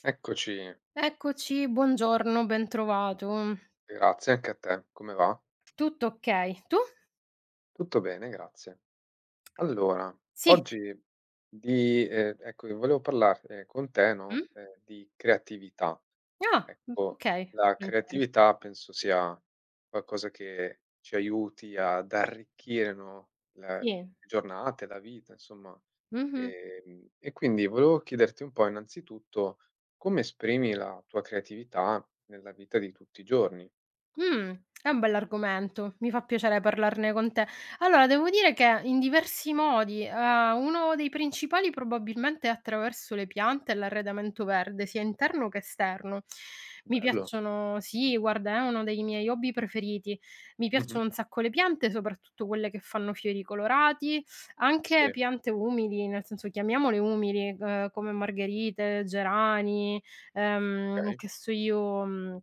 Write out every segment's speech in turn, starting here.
Eccoci, Eccoci, buongiorno, bentrovato. grazie anche a te. Come va? Tutto okay. Tu? Tutto bene, grazie. Allora, Sì. oggi di ecco, io volevo parlar con te, Mh. no, di creatività. Ah, Ecco, okay. la Volentieri. creatività penso sia qualcosa che ci aiuti ad arricchire, no, la le Sì. giornate, la vita, insomma. Mh-mh. E quindi volevo chiederti un po' innanzitutto come esprimi la tua creatività nella vita di tutti i giorni. Mh, è un bell'argomento, mi fa piacere parlarne con te. Allora, devo dire che in diversi modi, uno dei principali probabilmente è attraverso le piante e l'arredamento verde, sia interno che esterno. Mi Bello. piacciono sì, guarda, è uno dei miei hobby preferiti. Mi Mh-mh. piacciono un sacco le piante, soprattutto quelle che fanno fiori colorati, Sì, anche piante umili, nel senso chiamiamole umili, come margherite, gerani, okay. che so io, mhmm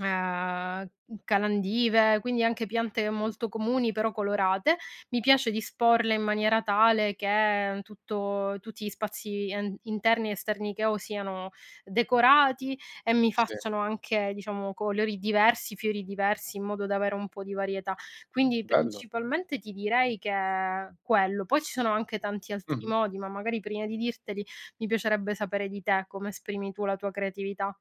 Ehm, calandive, quindi anche piante Mh, molto comuni però colorate. Mi piace disporle in maniera tale che tutto tutti gli spazi en interni e esterni che ho siano decorati e mi sì, facciano anche, diciamo, colori diversi, fiori diversi, in modo da avere un po' di varietà. Quindi bello. principalmente ti direi che è quello. Poi ci sono anche tanti altri Mh-mh. modi, ma magari prima di dirteli mi piacerebbe sapere di te, come esprimi tu la tua creatività.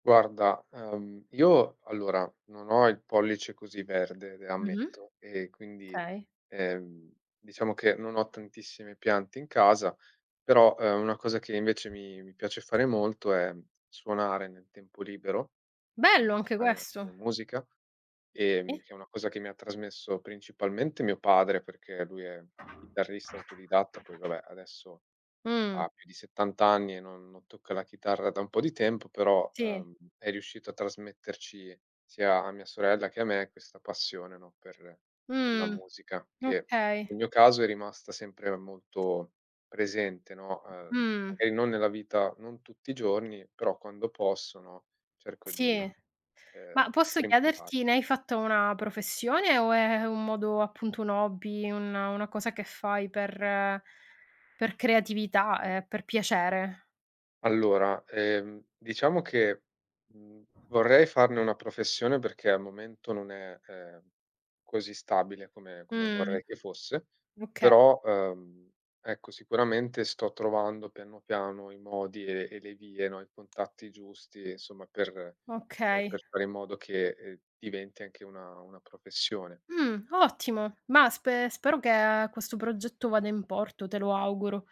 Guarda, io allora non ho il pollice così verde, le Mh-mh. ammetto, e quindi, Okay. ehm, diciamo che non ho tantissime piante in casa, però, una cosa che invece mi piace fare molto è suonare nel tempo libero, Bello quindi anche fare della questo. musica, Sì. che è una cosa che mi ha trasmesso principalmente mio padre, perché lui è chitarrista autodidatta, poi vabbè adesso Mh, ha più di 70 anni e non tocca la chitarra da un po' di tempo, però, sì. È riuscito a trasmetterci sia a mia sorella che a me questa passione, no, per la Mh, musica, che okay. nel mio caso è rimasta sempre molto presente, no, Mh, magari non nella vita non tutti i giorni, però quando posso, no, cerco di, sì. Ma posso strimpellare. chiederti, ne hai fatto una professione o è un modo appunto un hobby, un una cosa che fai per creatività Mh. e per piacere? Allora, diciamo che, vorrei farne una professione perché al momento non è, così stabile come Mh, vorrei che fosse, okay, però, ecco, sicuramente sto trovando piano piano i modi e le vie, no, i contatti giusti, insomma, okay. per fare in modo che, diventi anche una professione. Ottimo. Ma spero che questo progetto vada in porto, te lo auguro.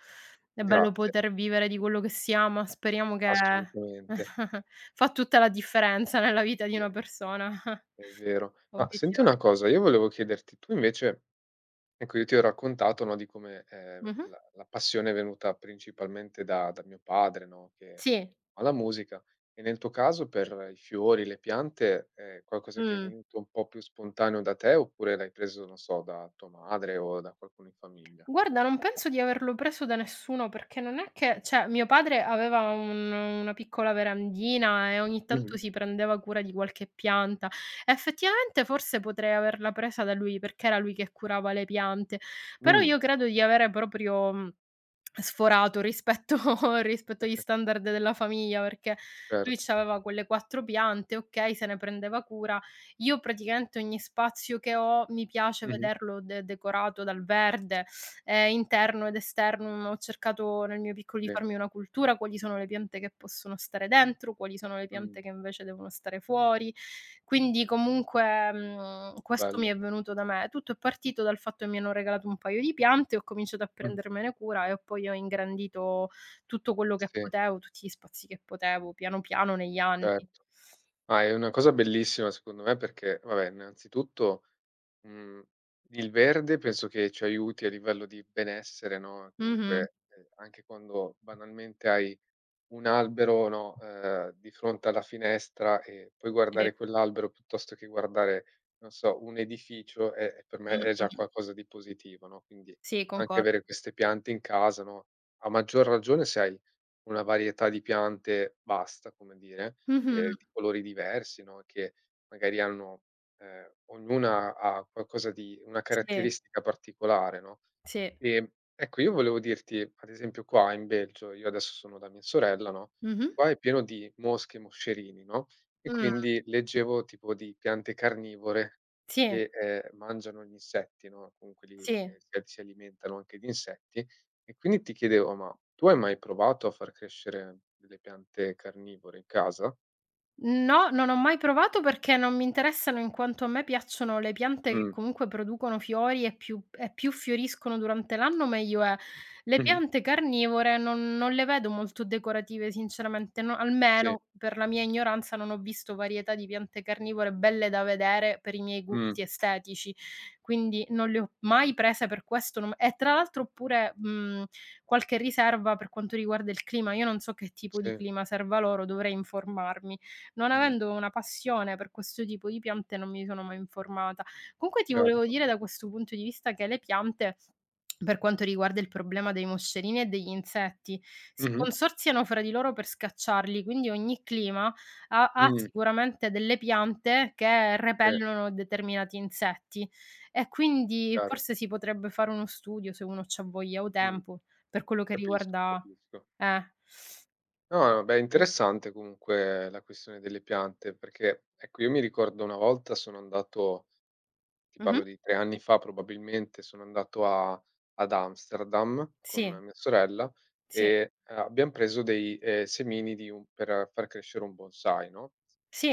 È bello Grazie, poter vivere di quello che si ama, speriamo che assolutamente. fa tutta la differenza nella vita di Sì, una persona, è vero. Ma senti obiettiva una cosa, io volevo chiederti: tu invece ecco, io ti ho raccontato, no, di come, mh-mh. la passione è venuta principalmente da mio padre, no, che Sì, alla musica e nel tuo caso per i fiori, le piante, è qualcosa che è mh. venuto un po' più spontaneo da te oppure l'hai preso, non so, da tua madre o da qualcuno in famiglia? Guarda, non penso di averlo preso da nessuno, perché non è che cioè mio padre aveva un una piccola verandina e ogni tanto Mh-mh. si prendeva cura di qualche pianta. Effettivamente forse potrei averla presa da lui, perché era lui che curava le piante, però Mh, io credo di avere proprio, sforato rispetto rispetto agli standard della famiglia, perché lui certo. c'aveva quelle 4 piante, okay, se ne prendeva cura. Io praticamente ogni spazio che ho mi piace Mh-mh. vederlo de decorato dal verde, interno ed esterno, ho cercato nel mio piccolo di Sì. farmi una cultura, quali sono le piante che possono stare dentro, quali sono le Mh, piante che invece devono stare fuori. Quindi comunque, questo bello. mi è venuto da me. Tutto è partito dal fatto che mi hanno regalato un paio di piante, ho cominciato a Mh. prendermene cura e poi ho ingrandito tutto quello che Sì, potevo, tutti gli spazi che potevo, piano piano negli anni. certo. Ah, è una cosa bellissima secondo me perché, vabbè, innanzitutto Mhmm, il verde penso che ci aiuti a livello di benessere, no, Mh-mh. comunque, anche quando banalmente hai un albero, no, di fronte alla finestra e poi Sì. guardare quell'albero piuttosto che guardare, non so, un edificio è per me è già Mh-mh. qualcosa di positivo, no, quindi Sì, anche concordo. avere queste piante in casa, no, a maggior ragione se hai una varietà di piante vasta, come dire, Mh-mh. Di colori diversi, no, che magari hanno ognuna ha qualcosa di una Sì, caratteristica particolare, no? sì. Ehm, ecco, io volevo dirti, ad esempio qua in Belgio, io adesso sono da mia sorella, no, Mh-mh. qua è pieno di mosche e moscerini, no, e Mh. quindi leggevo tipo di piante carnivore Sì. che, mangiano gli insetti, no, comunque li Sì. Si alimentano anche di insetti, e quindi ti chiedevo: ma tu hai mai provato a far crescere delle piante carnivore in casa? No, non ho mai provato perché non mi interessano in quanto a me piacciono le piante che Mh. comunque producono fiori e più fioriscono durante l'anno meglio è. Le Mh-mh. piante carnivore non le vedo molto decorative sinceramente, no Sì. almeno per la mia ignoranza non ho visto varietà di piante carnivore belle da vedere per i miei Mh. gusti estetici, quindi non le ho mai prese per questo, non e tra l'altro ho pure, qualche riserva per quanto riguarda il clima. Io non so che tipo di Sì. clima serva loro, dovrei informarmi. Non Mh. avendo una passione per questo tipo di piante non mi sono mai informata. Comunque ti volevo Certo. dire da questo punto di vista che le piante, per quanto riguarda il problema dei moscerini e degli insetti, si Mh-mh. consorziano fra di loro per scacciarli, quindi ogni clima ha Mh. sicuramente delle piante che Sì, repellono determinati insetti e quindi chiaro. forse si potrebbe fare uno studio se uno c'ha voglia o Mh. tempo per quello che Capisco, riguarda capisco. eh, No, no, beh, sì. interessante comunque la questione delle piante, perché ecco, io mi ricordo una volta sono andato, ti Mh-mh. parlo di 3 anni fa probabilmente, sono andato a ad Amsterdam con Sì, mia sorella sì, e abbiam preso dei, semini di un per far crescere un bonsai, no,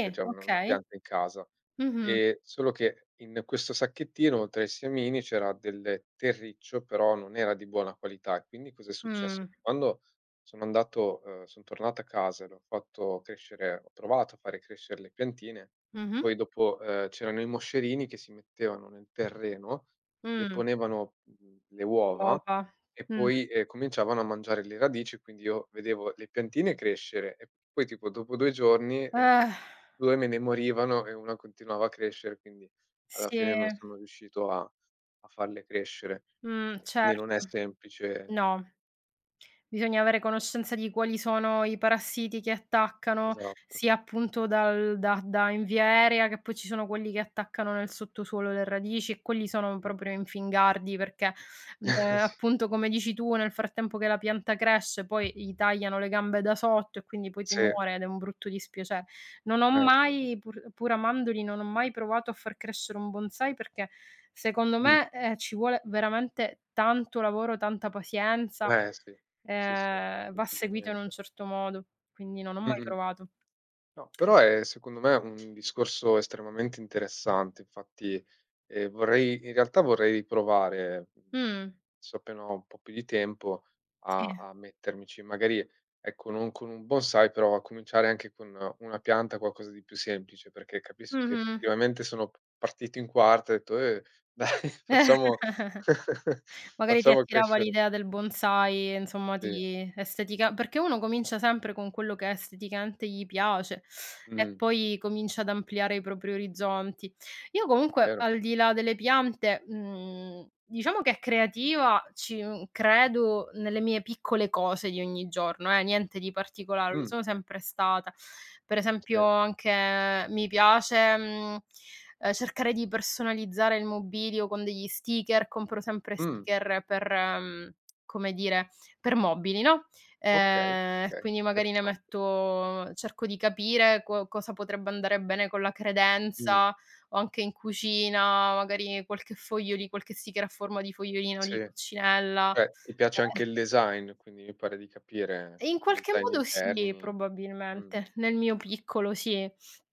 cioè un una okay. pianta in casa. Mh-mh. Solo che in questo sacchettino tra i semini c'era del terriccio, però non era di buona qualità e quindi cos'è successo, Mh. che quando sono andato, son tornato a casa e l'ho fatto crescere, ho provato a fare crescere le piantine, Mh-mh. poi dopo, c'erano i moscerini che si mettevano nel terreno, Mh. deponevano, le uova Uova. e Mh. poi, cominciavano a mangiare le radici, quindi io vedevo le piantine crescere e poi tipo dopo 2 giorni, Eh, 2 me ne morivano e una continuava a crescere, quindi alla sì. fine non sono riuscito a a farle crescere. E quindi non è Certo. semplice, No. Bisogna avere conoscenza di quali sono i parassiti che attaccano, esatto. sia appunto dal da da in via aerea, che poi ci sono quelli che attaccano nel sottosuolo le radici e quelli sono Mh. proprio infingardi perché, appunto come dici tu, nel frattempo che la pianta cresce poi gli tagliano le gambe da sotto e quindi poi ti Sì, sì, muore ed è un brutto dispiacere. Non ho eh sì. mai, pur amandoli, non ho mai provato a far crescere un bonsai perché secondo Mh. me, ci vuole veramente tanto lavoro, tanta pazienza, Eh sì. Sì, sì, va seguito in un decisamente. certo modo, quindi non ho mai Mh-mh. provato. No, però è secondo me un discorso estremamente interessante, infatti, vorrei, in realtà vorrei riprovare, Mh, adesso appena ho un po' più di tempo, a sì. a mettermici, magari, ecco, non con un bonsai, però a cominciare anche con una pianta, qualcosa di più semplice, perché capisco che Mh-mh. effettivamente sono p partito in quarta, e ho detto: dai facciamo Magari ti facciamo attirava crescere", l'idea del bonsai, insomma sì, ti estetica, perché uno comincia sempre con quello che esteticamente gli piace e mh, poi comincia ad ampliare i propri orizzonti. Io comunque vero, al di là delle piante, diciamo che creativa ci credo nelle mie piccole cose di ogni giorno, niente di particolare, lo mh, sono sempre stata. Per esempio sì, anche mi piace, cercare di personalizzare il mobilio con degli sticker, compro sempre mh, sticker per, come dire, per mobili, no, okay, e okay, quindi magari ne interessante, metto, cerco di capire co cosa potrebbe andare bene con la mh. credenza o anche in cucina, magari qualche sticker a forma di fogliolino, Sì, di coccinella. beh, ti piace anche il design, quindi mi pare di capire, In qualche design modo sì, interni. Mh, probabilmente, nel mio piccolo sì.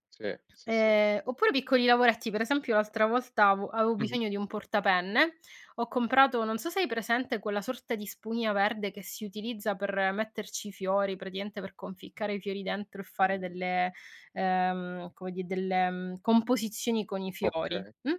sì, sì, sì, Oppure capisco. piccoli lavoretti, per esempio l'altra volta avo avevo Mh-mh, bisogno di un portapenne, ho comprato non so se hai presente quella sorta di spugna verde che si utilizza per metterci i fiori, praticamente per conficcare i fiori dentro e fare mh, delle come di delle, composizioni con i fiori, okay, mh?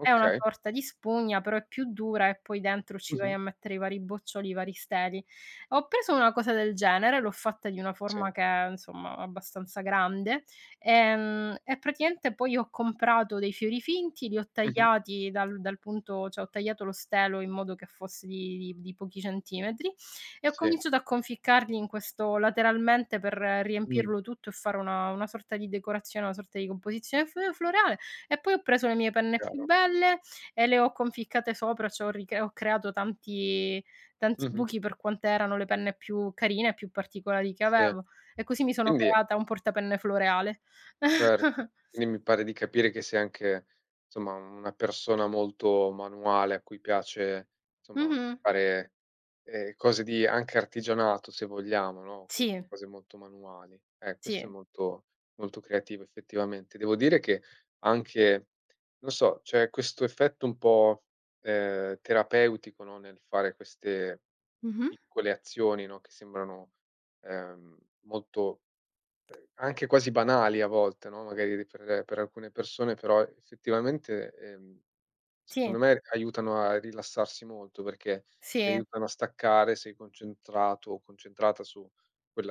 È una sorta di spugna, però è più dura e poi dentro ci vai Mh-mh, a mettere i vari boccioli, i vari steli. Ho preso una cosa del genere, l'ho fatta di una sì, forma che è, insomma, abbastanza grande. E praticamente poi ho comprato dei fiori finti, li ho mh-mh, tagliati dal punto, cioè ho tagliato lo stelo in modo che fosse di pochi centimetri e ho sì, cominciato a conficcarli in questo lateralmente per mh, riempirlo tutto e fare una sorta di decorazione, una sorta di composizione fl floreale, e poi ho preso le mie penne più chiaro. belle e le ho conficcate sopra, cioè ho creato tanti tanti Mh-mh, buchi per quante erano le penne più carine e più particolari che sì. avevo, e così mi sono Quindi, creata un portapenne floreale. certo, quindi mi pare di capire che sei anche, insomma, una persona molto manuale a cui piace, insomma, Mh-mh. fare, cose di anche artigianato se vogliamo, no, Sì, comunque cose molto manuali. Questo è sì. molto molto creativo effettivamente. Devo dire che anche non so, c'è questo effetto un po', terapeutico, no, nel fare queste Mh-mh. piccole azioni, no, che sembrano, ehm, molto. Anche quasi banali a volte, no, magari per alcune persone, però effettivamente, Sì, secondo me aiutano a rilassarsi molto, perché ti sì, aiutano a staccare, sei concentrato o concentrata su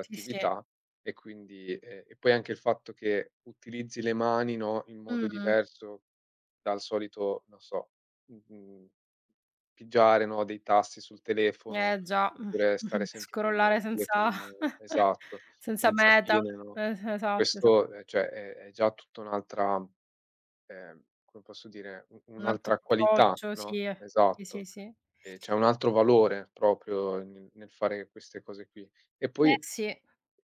sì, sì. e quindi e poi anche il fatto che utilizzi le mani, no, in modo Mh-mh. diverso dal solito, non so, mhmm, pigiare, no, dei tasti sul telefono, Eh già. Oppure stare Mh-mh. sempre con un Scrollare telefono senza in mano. Esatto, senza senza meta. fine, no, Es Esatto, esa questo, cioè è già tutta un'altra come posso dire, u un altro un'altra qualità, approccio, no, sì. Sì, sì, esatto. sì. E c'è un altro valore proprio nel fare queste cose qui. E Eh poi sì.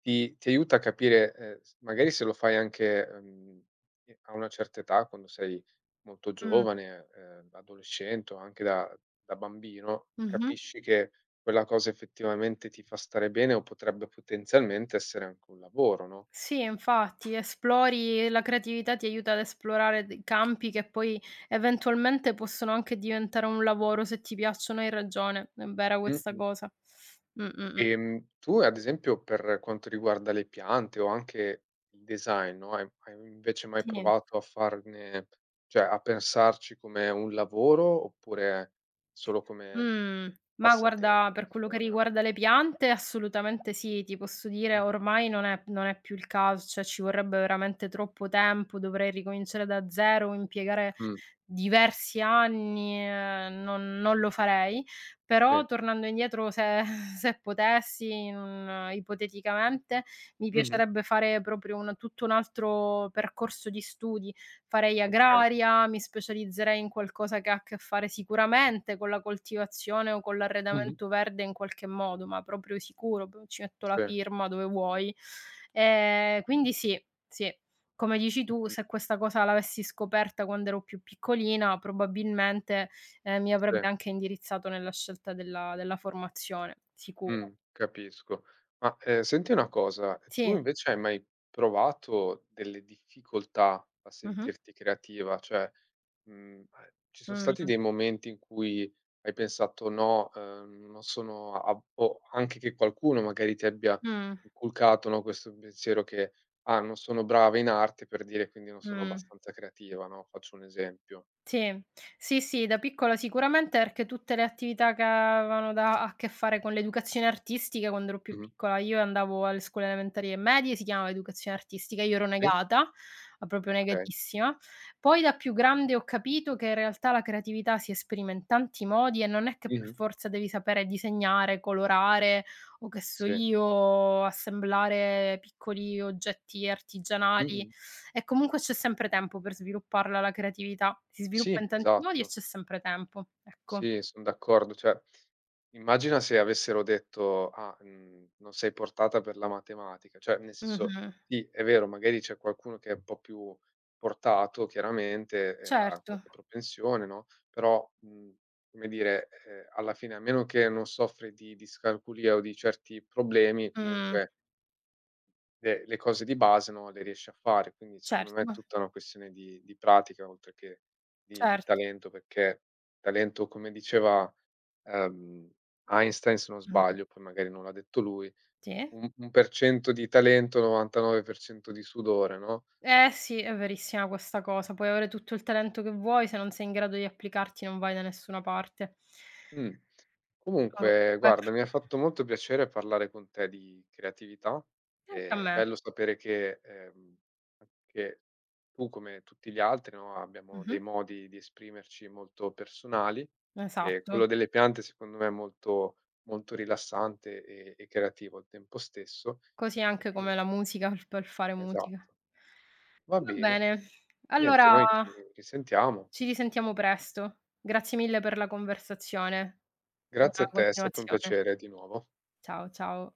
ti aiuta a capire, s magari se lo fai anche, i a una certa età, quando sei molto Mh. giovane, adolescente o anche da bambino, Mh-mh. capisci che quella cosa effettivamente ti fa stare bene o potrebbe potenzialmente essere anche un lavoro, no? Sì, infatti, esplori la creatività ti aiuta ad esplorare d campi che poi eventualmente possono anche diventare un lavoro se ti piacciono, hai ragione, è vera questa Mh-mh. cosa. Mh, mh, mh. Tu ad esempio per quanto riguarda le piante o anche il design, no, hai invece mai Sì. provato a farne, cioè a pensarci come un lavoro oppure solo come Mh. Ma guarda, passatempo, per quello che passione, hobby? riguarda le piante assolutamente sì, ti posso dire Mh-mh. ormai non è non è più il caso, cioè ci vorrebbe veramente troppo tempo, dovrei ricominciare da zero, impiegare Mh, diversi anni, non lo farei. sì. Però tornando indietro se se potessi in un, ipoteticamente, mi Mh-mh. piacerebbe fare proprio un tutto un altro percorso di studi. Farei Okay. agraria, mi specializzerei in qualcosa che ha a che fare sicuramente con la coltivazione o con Mh-mh. l'arredamento verde in qualche modo, ma proprio sicuro, p ci metto la Sì. firma dove vuoi. Quindi sì, sì. Come dici tu, Mh-mh. se questa cosa l'avessi scoperta quando ero più piccolina, probabilmente, mi Sì. avrebbe anche indirizzato nella scelta della formazione, sicuro. Capisco. Ma, senti una cosa, tu Sì. invece hai mai provato delle difficoltà a Mh-mh. sentirti creativa? Cioè, a ci sono Mh. stati dei momenti in cui hai pensato: "No, non sono a o anche che qualcuno magari ti abbia Mh. inculcato, no, questo pensiero che: "Ah, non sono brava in arte per dire, quindi non sono Mh. abbastanza creativa"", no, faccio un esempio. Sì, sì, sì, da piccola sicuramente perché tutte le attività che avevano da a che fare con l'educazione artistica, quando ero più Mh-mh. piccola io andavo alle scuole elementari e medie, si chiamava educazione artistica, io ero Sì? negata, ma proprio Okay. negatissima. Poi da più grande ho capito che in realtà la creatività si esprime in tanti modi e non è che per Mh-mh. forza devi sapere disegnare, colorare o che so Sì. io, assemblare piccoli oggetti artigianali, Mh-mh. e comunque c'è sempre tempo per svilupparla la creatività. Si Sì, sviluppa in tanti modi e esatto. c'è sempre tempo, ecco. Sì, son d'accordo. Cioè, immagina se avessero detto: "Ah, non sei portata per la matematica". Cioè, nel senso, Mh-mh. sì, è vero, magari c'è qualcuno che è un po' più portato chiaramente, ha Certo. qualche propensione, no, però, come dire, alla fine, a meno che non soffri di discalculia o di certi problemi, Mh. comunque le cose di base, no, le riesce a fare, quindi secondo me Certo, è tutta una questione di pratica oltre che di certo. talento, perché talento, come diceva, ehm, Einstein se non Mh. sbaglio, poi magari non l'ha detto lui, Sì. un per cento di talento, 99% di sudore, no? Eh sì, è verissima questa cosa. Puoi avere tutto il talento che vuoi, se non sei in grado di applicarti non vai da nessuna parte. Mh. Ma Comunque comunque guarda, mi ha fatto molto piacere parlare con te di creatività. anche a È me. bello sapere che, anche tu come tutti gli altri, no, abbiamo dei Mh-mh. modi di esprimerci molto personali e Esatto. quello delle piante secondo me è molto molto rilassante e creativo al tempo stesso. Così anche come E la musica, il per fare musica. esatto. Va Va bene. bene. Niente, Allora, noi ci risentiamo. ci risentiamo presto. Grazie mille per la conversazione. Grazie Buona a te, è stato un continuazione. piacere di nuovo. Ciao, ciao.